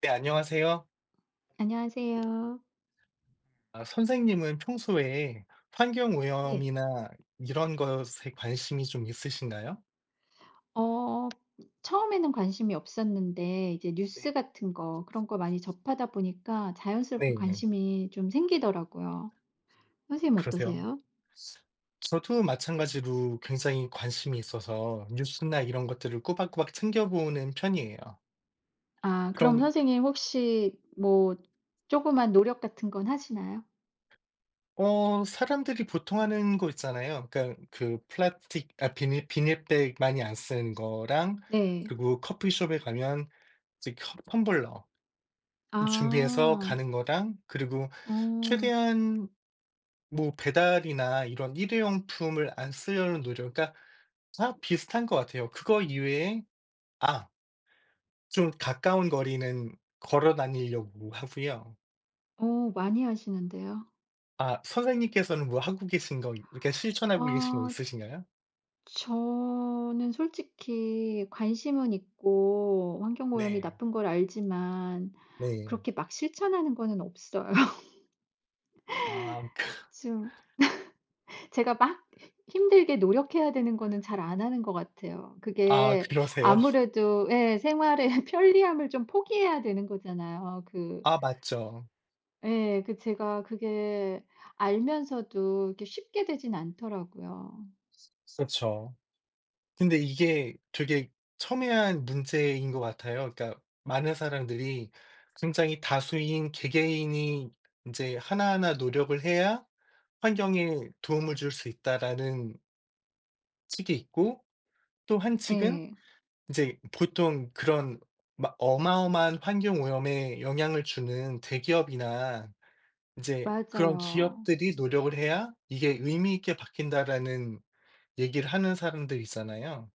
네, 안녕하세요. 안녕하세요. 선생님은 평소에 환경 네. 오염이나 이런 것에 관심이 좀 있으신가요? 어 처음에는 관심이 없었는데 이제 뉴스 네. 같은 거 그런 거 많이 접하다 보니까 자연스럽게 네, 관심이 좀 생기더라고요. 선생님 그러세요. 어떠세요? 저도 마찬가지로 굉장히 관심이 있어서 뉴스나 이런 것들을 꼬박꼬박 챙겨보는 편이에요. 아, 그럼 그럼, 선생님 혹시 뭐 조그만 노력 같은 건 하시나요? 사람들이 보통 하는 거 있잖아요. 그러니까 그 플라스틱, 비닐, 비닐백 많이 안 쓰는 거랑, 네. 그리고 커피숍에 가면 이제 텀블러 준비해서 아. 가는 거랑 그리고 어. 최대한 뭐 배달이나 이런 일회용품을 안 쓰려는 노력, 그러니까 다 비슷한 것 같아요. 그거 이외에 아 좀 가까운 거리는 걸어 다니려고 하고요. 많이 하시는데요. 선생님께서는 뭐 하고 계신 거, 이렇게 실천하고 계신 거 아, 있으신가요? 저는 솔직히 관심은 있고 환경오염이 네. 나쁜 걸 알지만 네. 그렇게 막 실천하는 거는 없어요. 아 그 좀 제가 막 힘들게 노력해야 되는 거는 잘 안 하는 것 같아요. 아 그게. 그러세요? 아무래도 예 생활의 편리함을 좀 포기해야 되는 거잖아요. 그. 아 맞죠. 예, 그 제가 그게 알면서도 이렇게 쉽게 되진 않더라고요. 그렇죠. 근데 이게 되게 첨예한 문제인 것 같아요. 그러니까 많은 사람들이 굉장히 다수인 개개인이 인제 하나하나 노력을 해야 환경에 도움을 줄 수 있다라는 측이 있고, 또 한 측은 예. 인제 보통 그런 막 어마어마한 환경 오염에 영향을 주는 대기업이나 인제 그런 맞아요. 기업들이 노력을 해야 이게 의미 있게 바뀐다라는 얘기를 하는 사람들 있잖아요.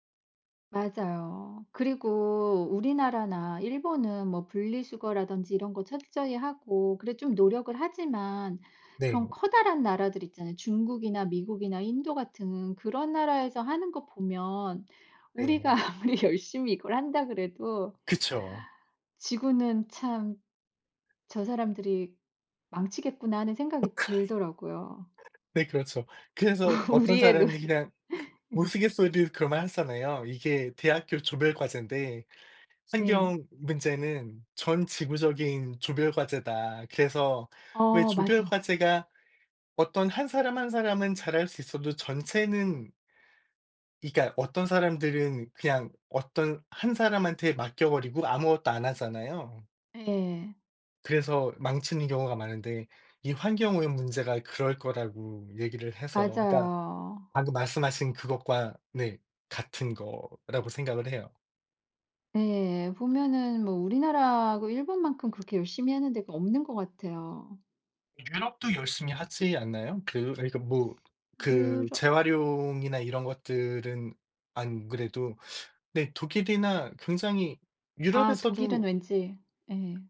맞아요. 그리고 우리나라나 일본은 뭐 분리수거라든지 이런 거 철저히 하고 그래 좀 노력을 하지만 네. 그런 커다란 나라들 있잖아요. 중국이나 미국이나 인도 같은 그런 나라에서 하는 거 보면 우리가 네. 아무리 열심히 이걸 한다 그래도 그쵸. '지구는 참 저 사람들이 망치겠구나.' 하는 생각이 들더라고요. 네 그렇죠. 그래서 어떤 우리의 노 사람이 력 그냥 우스갯소리로 그런 말 하잖아요. 이게 대학교 조별 과제인데 네. 환경 문제는 전 지구적인 조별 과제다. 그래서 왜 어 조별 맞아. 과제가 어떤 한 사람 한 사람은 잘할 수 있어도 전체는, 그러니까 어떤 사람들은 그냥 어떤 한 사람한테 맡겨 버리고 아무것도 안 하잖아요. 네. 그래서 망치는 경우가 많은데 이 환경오염 문제가 그럴 거라고 얘기를 해서, 그러니까 맞아요. 방금 말씀하신 그것과 네 같은 거라고 생각을 해요. 네, 보면은 뭐 우리나라하고 일본만큼 그렇게 열심히 하는 데가 없는 것 같아요. 유럽도 열심히 하지 않나요? 그러니까 뭐 그 유럽. 재활용이나 이런 것들은 안 그래도 네 독일이나 굉장히 아, 독일은 유럽에서도 왠지. 예.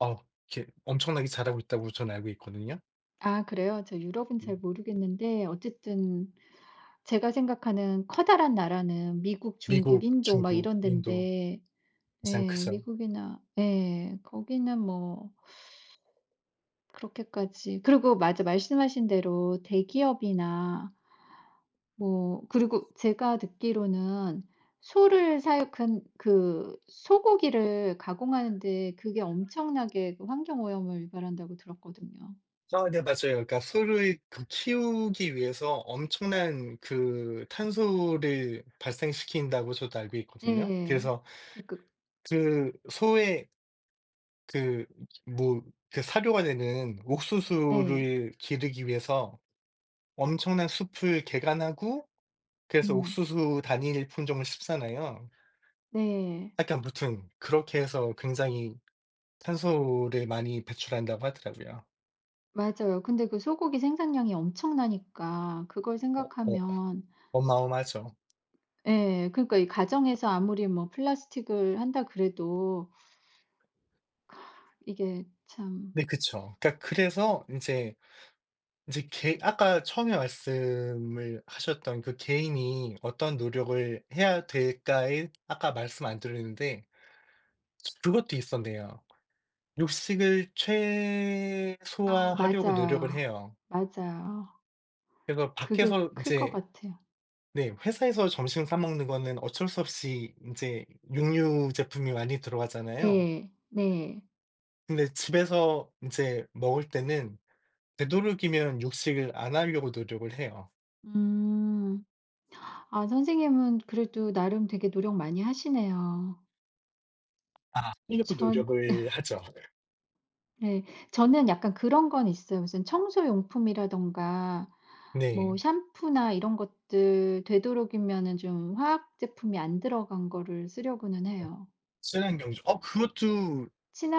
어 이렇게 엄청나게 잘하고 있다고 저는 알고 있거든요. 아, 그래요? 저 유럽은 네. 잘 모르겠는데 어쨌든 제가 생각하는 커다란 나라는 미국, 중국, 미국, 인도 막 중국, 이런 인 인도 데 가장 예, 크죠. 미국이나 예 거기는 뭐 그렇게까지. 그리고 맞아, 말씀하신 대로 대기업이나 뭐. 그리고 제가 듣기로는 소를 사육 근 그 소고기를 가공하는데 그게 엄청나게 그 환경 오염을 유발한다고 들었거든요. 아 네 맞아요. 그러니까 소를 그 키우기 위해서 엄청난 그 탄소를 발생시킨다고 저도 알고 있거든요. 네. 그래서 그 그. 그 소의 그 뭐 그 사료가 되는 네. 옥수수를 기르기 위해서 엄청난 숲을 개간하고, 그래서 음. 옥수수 단일 품종을 심잖아요. 네. 약간 무튼 그렇게 해서 굉장히 탄소를 많이 배출한다고 하더라고요. 맞아요. 근데 그 소고기 생산량이 엄청나니까 그걸 어 어 생각하면. 어마어마하죠. 예. 그러니까 이 가정에서 아무리 뭐 플라스틱을 한다 그래도 이게 참. 네 그쵸. 그러니까 그래서 이제 이제 개 아까 처음에 말씀을 하셨던 그 '개인이 어떤 노력을 해야 될까.'에 아까 말씀 안 드렸는데 그것도 있었네요. 육식을 아. 최소화하려고 노력을 맞아요. 해요. 맞아요. 그래서 그게 밖에서 이클 것 제 같아요. 네 회사에서 점심 사 먹는 거는 어쩔 수 없이 이제 육류 제품이 많이 들어가잖아요. 네. 네. 근데 집에서 이제 먹을 때는 되도록이면 육식을 안 하려고 노력을 해요. 음. 아, 선생님은 그래도 나름 되게 노력 많이 하시네요. 아. 하려고 전. 노력을 하죠. 네. 저는 약간 그런 건 있어요. 무슨 청소용품이라든가 뭐 네. 샴푸나 이런 것들 되도록이면은 좀 화학 제품이 안 들어간 거를 쓰려고는 해요. 친환경주 어 그것도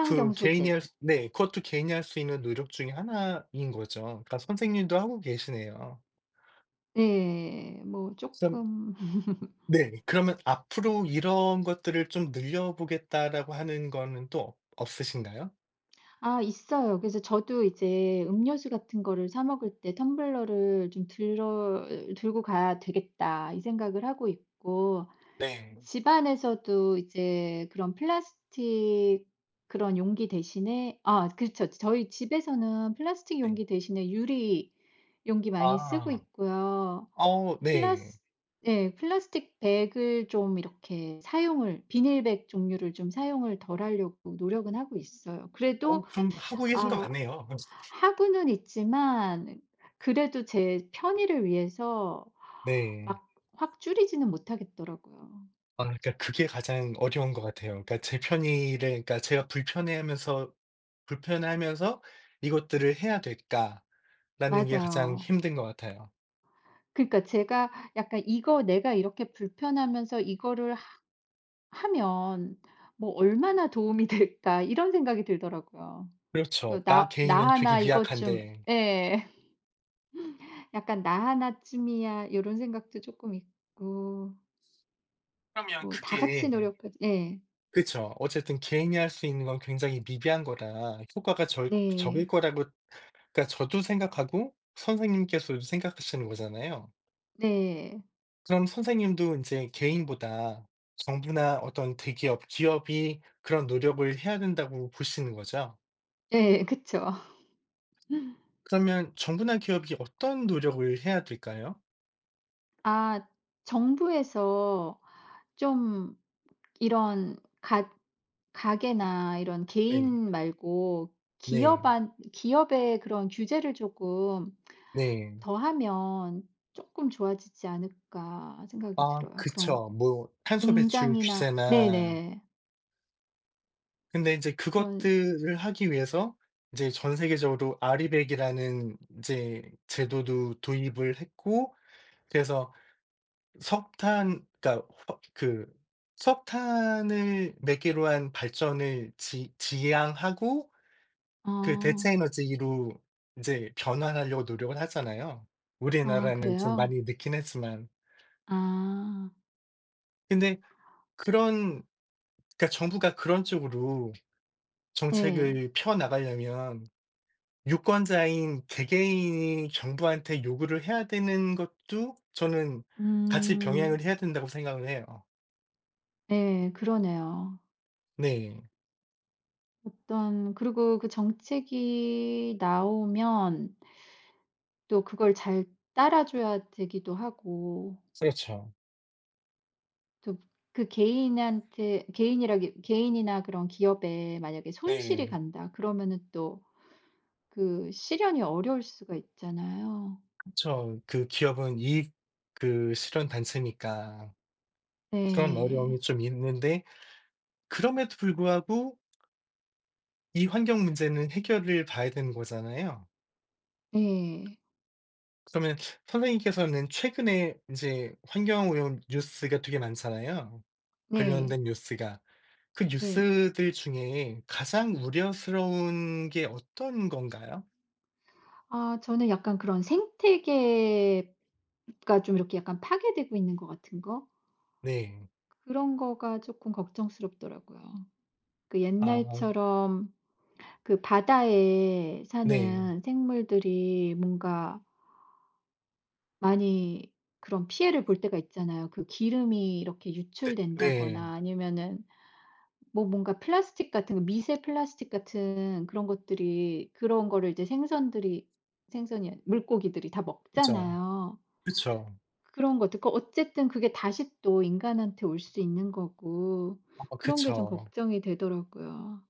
그 개인이 소재. 할 수 네 그것도 개인이 할 수 있는 노력 중에 하나인 거죠. 그러니까 선생님도 하고 계시네요. 네. 뭐 그럼 쪼끔. 네. 그러면 '앞으로 이런 것들을 좀 늘려 보겠다.'라고 하는 거는 또 없 없으신가요? 아, 있어요. 그래서 저도 이제 음료수 같은 거를 사 먹을 때 '텀블러를 좀 들어 들고 가야 되겠다.' 이 생각을 하고 있고 네. 집안에서도 이제 그런 플라스틱 그런 용기 대신에. 아, 그렇죠. 저희 집에서는 플라스틱 네. 용기 대신에 유리 용기 많이 쓰고 아. 있고요. 어 네. 플라스 네, 플라스틱 백을 좀 이렇게 사용을 비닐백 종류를 좀 사용을 덜 하려고 노력은 하고 있어요. 그래도. 어 그럼 하고 계신 거 아, 맞네요. 하고는 있지만 그래도 제 편의를 위해서 네. 막 확 줄이지는 못하겠더라고요. 아 그러니까 그게 가장 어려운 것 같아요. 그러니까 제 편의를 그러니까 제가 불편해하면서 '이것들을 해야 될까?' 라는 게 가장 맞아요. 힘든 것 같아요. 그러니까 제가 약간 '이거 내가 이렇게 불편하면서 이거를 하 하면 뭐 얼마나 도움이 될까?' 이런 생각이 들더라고요. 이거 그렇죠. 나 '나 개인은 나 되게 하나 이것 좀.' 미약한데 예. 약간 '나 하나쯤이야.' 이런 생각도 조금 있고 그러면 뭐 다 같이 그게 노력하지. 예. 그쵸. 어쨌든 개인이 할 수 있는 건 굉장히 미비한 거라 효과가 적을 네. 거라고, 그러니까 저도 생각하고 선생님께서도 생각하시는 거잖아요. 네. 그럼 선생님도 이제 개인보다 정부나 어떤 대기업, 기업이 그런 노력을 해야 된다고 보시는 거죠. 네, 그쵸. 그러면 정부나 기업이 어떤 노력을 해야 될까요? 아, 정부에서 좀 이런 가 가게나 이런 네. 개인 말고 네. 기업한 기업의 그런 규제를 조금 네. 더하면 조금 좋아지지 않을까 생각이 아 들어요. 그런 그쵸. 뭐 탄소 배출 공장이나 규제나, 네네. 근데 이제 그런. 그것들을 하기 위해서 이제 전 세계적으로 아리백이라는 이제 제도도 도입을 했고, 그래서 석탄 그러니까 허 그 석탄을 매개로 한 발전을 지지향하고 그 대체 아. 에너지로 이제 변환하려고 노력을 하잖아요. 아, 우리나라는 좀 그래요? 많이 늦긴 했지만. 아. 근데 그런 그러니까 정부가 그런 쪽으로 네. 정책을 펴 나가려면 유권자인 개개인이 정부한테 요구를 해야 되는 것도 저는 같이 음 병행을 해야 된다고 생각을 해요. 네, 그러네요. 네. 어떤 그리고 그 정책이 나오면 또 그걸 잘 따라줘야 되기도 하고 그렇죠. 또 그 개인한테 개인이라기 개인이나 그런 기업에 만약에 손실이 네. 간다 그러면은 또 그 실현이 어려울 수가 있잖아요. 그죠그 기업은 이익 그 실현 단체니까 그런 네. 어려움이 좀 있는데, 그럼에도 불구하고 이 환경 문제는 해결을 봐야 되는 거잖아요. 네. 그러면 선생님께서는 최근에 이제 환경 오염 뉴스가 되게 많잖아요, 네. 관련된 뉴스가. 그 네. 뉴스들 중에 가장 우려스러운 게 어떤 건가요? 아, 저는 약간 그런 생태계가 좀 이렇게 약간 파괴되고 있는 것 같은 거, 네. 그런 거가 조금 걱정스럽더라고요. 그 아 옛날처럼 그 바다에 네. 사는 생물들이 뭔가 많이 그런 피해를 볼 때가 있잖아요. 그 기름이 이렇게 네. 유출된다거나 아니면은 뭐 뭔가 플라스틱 같은 거, 미세 플라스틱 같은 그런 것들이 그런 거를 이제 생선들이, 생선이 아니 물고기들이 다 그죠. 먹잖아요. 그쵸. 그런 것들 그 어쨌든 그게 다시 또 인간한테 올 수 있는 거고 어 그런 게 좀 그쵸. 걱정이 되더라고요.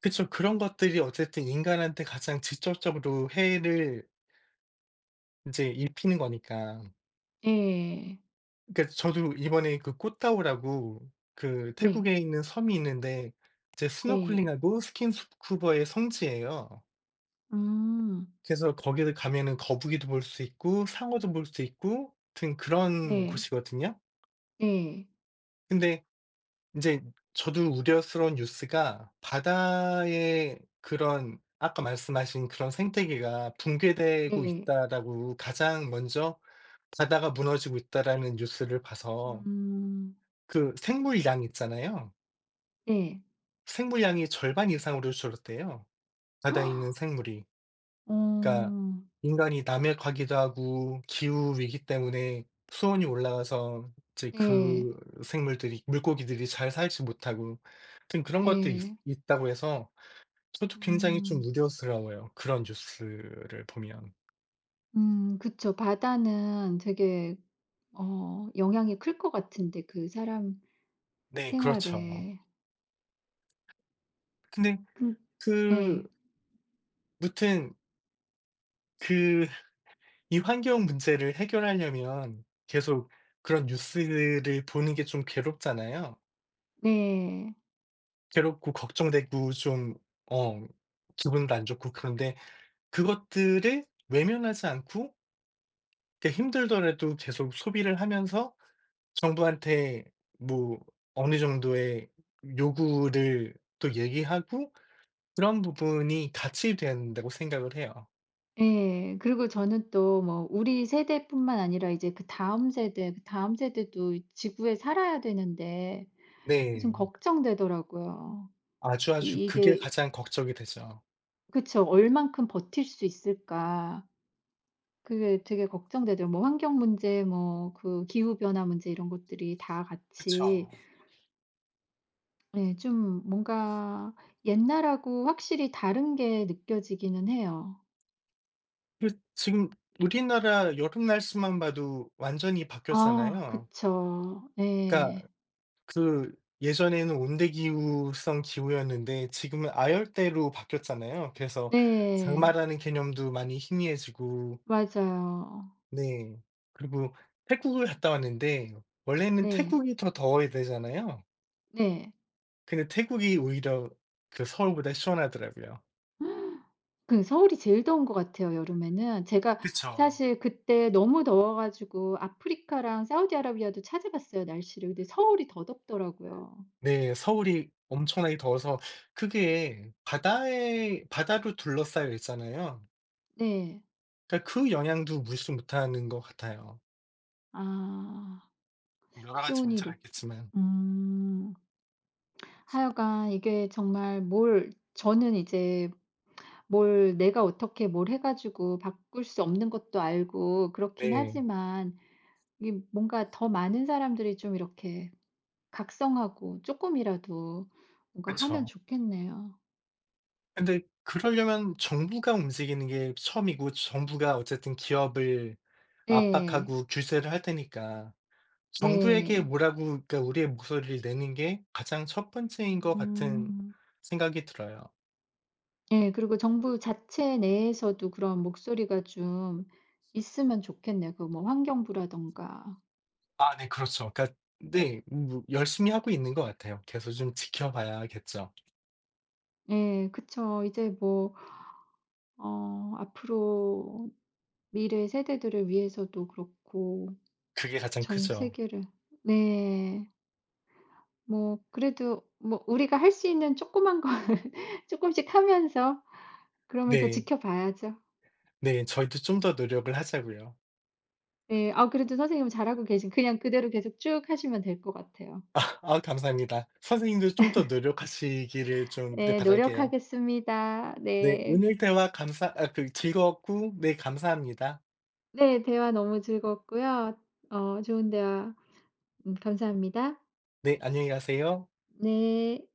그쵸. 그런 것들이 어쨌든 인간한테 가장 직접적으로 해를 인제 입히는 거니까. 네. 그러니까 저도 이번에 그 꽃다우라고 그 네. 태국에 있는 섬이 있는데 이제 네. 스노클링하고 스킨스쿠버의 성지예요. 음. 그래서 거기를 가면은 거북이도 볼 수 있고 상어도 볼 수 있고 하여튼 그런 네. 곳이거든요. 네. 근데 인제 저도 우려스러운 뉴스가 바다의 그런 아까 말씀하신 그런 생태계가 '붕괴되고 네. 있다.'라고, 가장 먼저 '바다가 무너지고 있다.'라는 뉴스를 봐서. 음. 그 생물량 있잖아요. 네. 생물량이 절반 이상으로 줄었대요, 바다에 있는 생물이. 어. 그러니까 인간이 남획하기도 하고 기후 위기 때문에 수온이 올라가서 이제 네. 그 생물들이 물고기들이 잘 살지 못하고 하여튼 그런 것들이 있 네. 있다고 해서 저도 굉장히 좀 음. 우려스러워요, 그런 뉴스를 보면. 그쵸. 바다는 되게 영향이 클 것 같은데 그 사람 네 그렇죠. 생활에. 근데 그. 그 예. 무튼 그 이 환경 문제를 해결하려면 계속 그런 뉴스를 보는 게 좀 괴롭잖아요. 네. 괴롭고 걱정되고 좀 어 기분도 안 좋고 그런데 그것들을 외면하지 않고 그 힘들더라도 계속 소비를 하면서 정부한테 뭐 어느 정도의 요구를 또 얘기하고 그런 부분이 같이 된다고 생각을 해요. 예. 그리고 저는 또 뭐 우리 세대뿐만 아니라 이제 그다음 세대, 그다음 세대도 이 지구에 살아야 되는데 좀 네. 걱정되더라고요. 아주아주 이 그게 이게 가장 걱정이 되죠. 그쵸. '얼만큼 버틸 수 있을까?' 그게 되게 걱정되죠. 뭐 환경 문제, 뭐 그 기후 변화 문제 이런 것들이 다 그쵸. 같이 예 좀 뭔가 옛날하고 확실히 다른 게 느껴지기는 해요. 그 지금 우리나라 여름 날씨만 봐도 완전히 아, 바뀌었잖아요. 그쵸. 그러니까 네. 그 예전에는 온대기후성 기후였는데 지금은 아열대로 바뀌었잖아요. 그래서 네. 장마라는 개념도 많이 희미해지고 맞아요. 네. 그리고 태국을 갔다 왔는데 원래는 네. 태국이 더 더워야 되잖아요. 네. 근데 태국이 오히려 그 서울보다 시원하더라고요. 그 서울이 제일 더운 것 같아요 여름에는. 제가 그쵸. 사실 그때 너무 더워 가지고 아프리카랑 사우디아라비아도 찾아봤어요 날씨를. 근데 서울이 더 덥더라고요. 네. 서울이 엄청나게 더워서 그게 바다에 바다로 둘러싸여 있잖아요. 네. 그러니까 그 영향도 무시 못하는 것 같아요. 아. 여러 가지 수온이 문제가 있높 겠 지만 음. 하여간 이게 정말 뭘 저는 이제 뭘 내가 어떻게 뭘 해 가지고 바꿀 수 없는 것도 알고 그렇긴 네. 하지만 이게 뭔가 더 많은 사람들이 좀 이렇게 각성하고 조금이라도 뭔가 하면 그쵸. 좋겠네요. 근데 그러려면 정부가 움직이는 게 처음이고, 정부가 어쨌든 기업을 네. 압박하고 규제를 할 테니까 정부에게 네. 뭐라고, 그러니까 우리의 목소리를 내는 게 가장 첫 번째인 것 같은 음. 생각이 들어요. 네, 그리고 정부 자체 내에서도 그런 목소리가 좀 있으면 좋겠네요. 그 뭐 환경부라든가. 아 네 그렇죠. 그러니까 네 뭐 열심히 하고 있는 것 같아요. 계속 좀 지켜봐야겠죠. 예. 그쵸. 이제 뭐 앞으로 미래 세대들을 위해서도 그렇고 그게 가장 전 크죠. 세계를. 네. 뭐 그래도 뭐 우리가 할 수 있는 조그만 걸 조금씩 하면서 그러면서 네. 지켜봐야죠. 네. 저희도 좀 더 노력을 하자고요. 네, 아, 그래도 선생님은 잘하고 계신 그냥 그대로 계속 쭉 하시면 될 것 같아요. 아 감사합니다. 선생님도 좀 더 노력하시기를 좀 네 네, 바랄게요. 노력하겠습니다. 네. 네. 오늘 대화 감사 아 그 즐거웠고 네 감사합니다. 네. 대화 너무 즐거웠고요. 좋은 대화 감사합니다. 네. 안녕히 가세요. 네.